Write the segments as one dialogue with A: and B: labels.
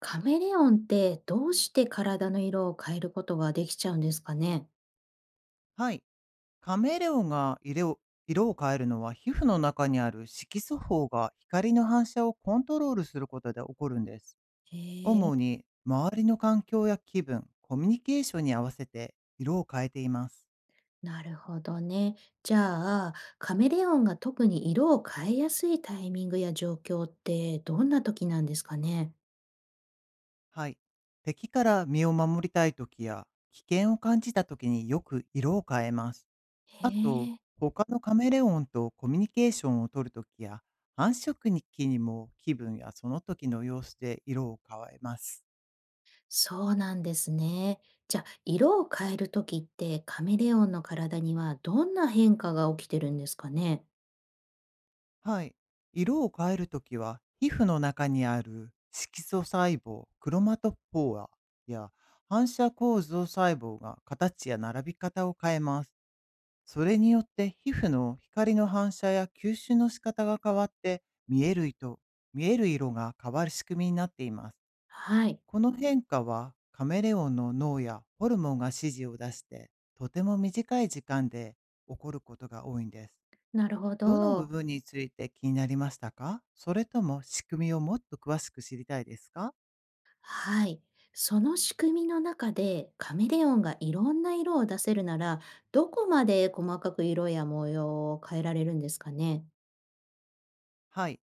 A: カメレオンってどうして体の色を変えることができちゃうんですかね？
B: はい。カメレオンが色を変えるのは皮膚の中にある色素胞が光の反射をコントロールすることで起こるんです。
A: へ
B: 主
A: え、
B: に周りの環境や気分、コミュニケーションに合わせて色を変えています。
A: なるほどね。じゃあ、カメレオンが特に色を変えやすいタイミングや状況ってどんな時なんですかね？
B: はい。敵から身を守りたい時や危険を感じた時によく色を変えます。
A: へ
B: あと、
A: え、
B: 他のカメレオンとコミュニケーションを取る時や繁殖日記にも気分やその時の様子で色を変えます。
A: そうなんですね。じゃあ、色を変える時ってカメレオンの体にはどんな変化が起きてるんですかね？
B: はい。色を変えるときは、皮膚の中にある色素細胞、クロマトポアや反射構造細胞が形や並び方を変えます。それによって皮膚の光の反射や吸収の仕方が変わって、見える糸、見える色が変わる仕組みになっています。
A: はい、
B: この変化はカメレオンの脳やホルモンが指示を出して、とても短い時間で起こることが多いんです。
A: なるほ
B: どの部
A: ど。
B: 分について気になりましたか？それとも仕組みをもっと詳しく知りたいですか？
A: はい。その仕組みの中でカメレオンがいろんな色を出せるなら、どこまで細かく色や模様を変えられるんですかね？
B: はい。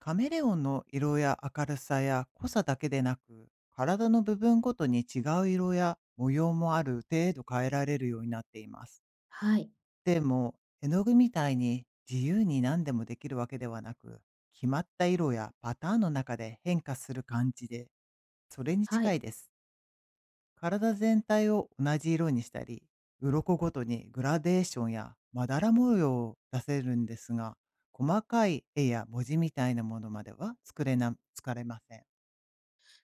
B: カメレオンの色や明るさや濃さだけでなく、体の部分ごとに違う色や模様もある程度変えられるようになっています。
A: はい。
B: でも、絵の具みたいに自由に何でもできるわけではなく、決まった色やパターンの中で変化する感じで、それに
A: は
B: 近
A: い。
B: いです。体全体を同じ色にしたり、鱗ごとにグラデーションやまだら模様を出せるんですが、細かい絵や文字みたいなものまでは作れません。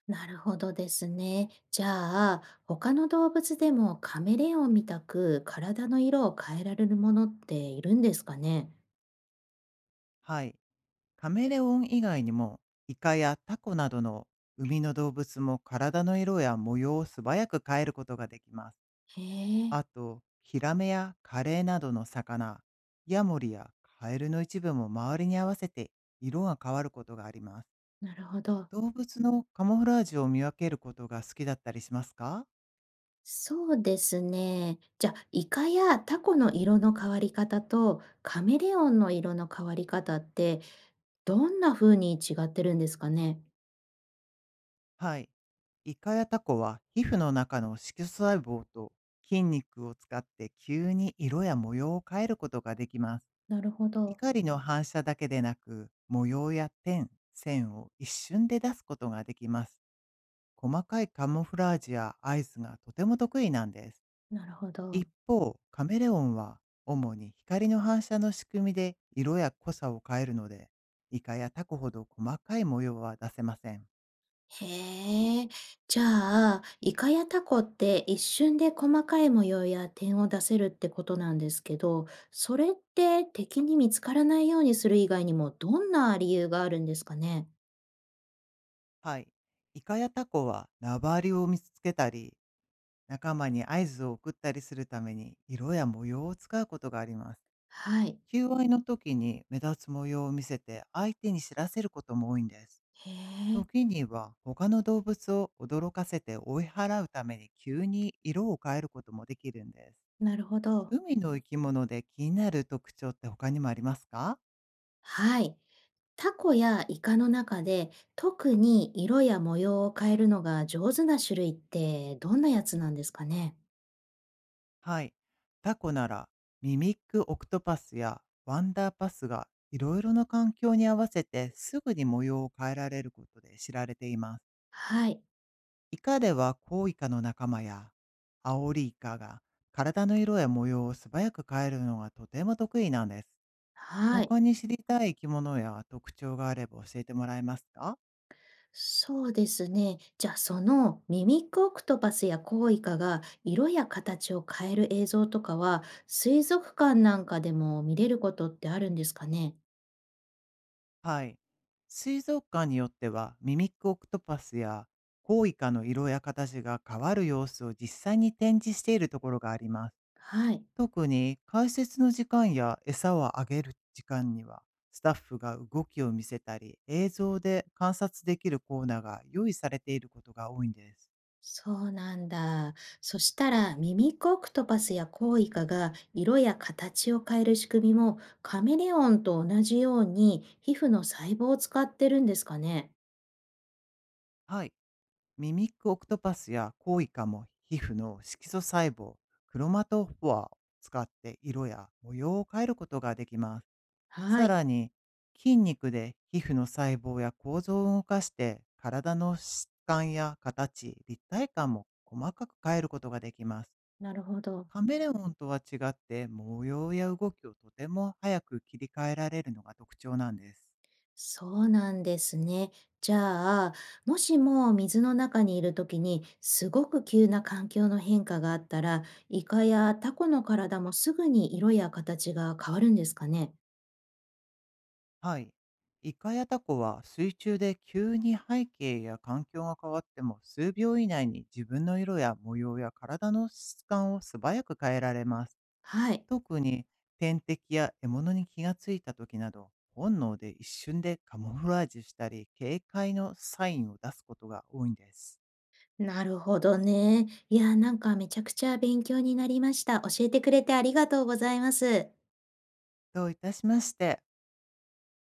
A: なるほどですね。じゃあ、他の動物でもカメレオンみたく体の色を変えられるものっているんですかね？
B: はい。カメレオン以外にも、イカやタコなどの海の動物も体の色や模様を素早く変えることができます。
A: へえ、
B: あと、ヒラメやカレーなどの魚、ヤモリやカエルの一部も周りに合わせて色が変わることがあります。
A: なるほど。
B: 動物のカモフラージュを見分けることが好きだったりしますか？
A: そうですね。じゃあ、イカやタコの色の変わり方とカメレオンの色の変わり方ってどんな風に違ってるんですかね？
B: はい。イカやタコは皮膚の中の色素細胞と筋肉を使って急に色や模様を変えることができます。
A: なるほど、
B: 光の反射だけでなく、模様や点、線を一瞬で出すことができます。細かいカモフラージュや合図がとても得意なんです。
A: なるほど。
B: 一方、カメレオンは主に光の反射の仕組みで色や濃さを変えるので、イカやタコほど細かい模様は出せません。
A: へえ。じゃあ、イカやタコって一瞬で細かい模様や点を出せるってことなんですけど、それって敵に見つからないようにする以外にもどんな理由があるんですかね？
B: はい。イカやタコは縄張りを見つけたり、仲間に合図を送ったりするために色や模様を使うことがあります。
A: はい。
B: 求愛の時に目立つ模様を見せて相手に知らせることも多いんです。
A: へえ、
B: 時には他の動物を驚かせて追い払うために急に色を変えることもできるんです。
A: なるほど。
B: 海の生き物で気になる特徴って他にもありますか？
A: はい。タコやイカの中で特に色や模様を変えるのが上手な種類ってどんなやつなんですかね？
B: はい。タコならミミックオクトパスやワンダーパスがいろいろな環境に合わせてすぐに模様を変えられることで知られています。
A: はい。
B: イカではコウイカの仲間やアオリイカが体の色や模様を素早く変えるのがとても得意なんです。
A: はい。
B: 他に知りたい生き物や特徴があれば教えてもらえますか？
A: そうですね。じゃあ、そのミミックオクトパスやコウイカが色や形を変える映像とかは水族館なんかでも見れることってあるんですかね？
B: はい。水族館によってはミミックオクトパスやコウイカの色や形が変わる様子を実際に展示しているところがあります。
A: はい。
B: 特に解説の時間や餌をあげる時間にはスタッフが動きを見せたり映像で観察できるコーナーが用意されていることが多いんです。
A: そうなんだ。そしたら、ミミックオクトパスやコウイカが色や形を変える仕組みもカメレオンと同じように皮膚の細胞を使ってるんですかね？
B: はい。ミミックオクトパスやコウイカも皮膚の色素細胞クロマトフォアを使って色や模様を変えることができます。
A: は
B: さ
A: い。
B: らに、筋肉で皮膚の細胞や構造を動かして、体の質感や形、立体感も細かく変えることができます。
A: なるほど。
B: カメレオンとは違って、模様や動きをとても早く切り替えられるのが特徴なんです。
A: そうなんですね。じゃあ、もしも水の中にいるときに、すごく急な環境の変化があったら、イカやタコの体もすぐに色や形が変わるんですかね。
B: はい。イカやタコは水中で急に背景や環境が変わっても数秒以内に自分の色や模様や体の質感を素早く変えられます。
A: はい。
B: 特に天敵や獲物に気がついた時など、本能で一瞬でカモフラージュしたり、警戒のサインを出すことが多いんです。
A: なるほどね。いや、なんかめちゃくちゃ勉強になりました。教えてくれてありがとうございます。
B: どういたしまして。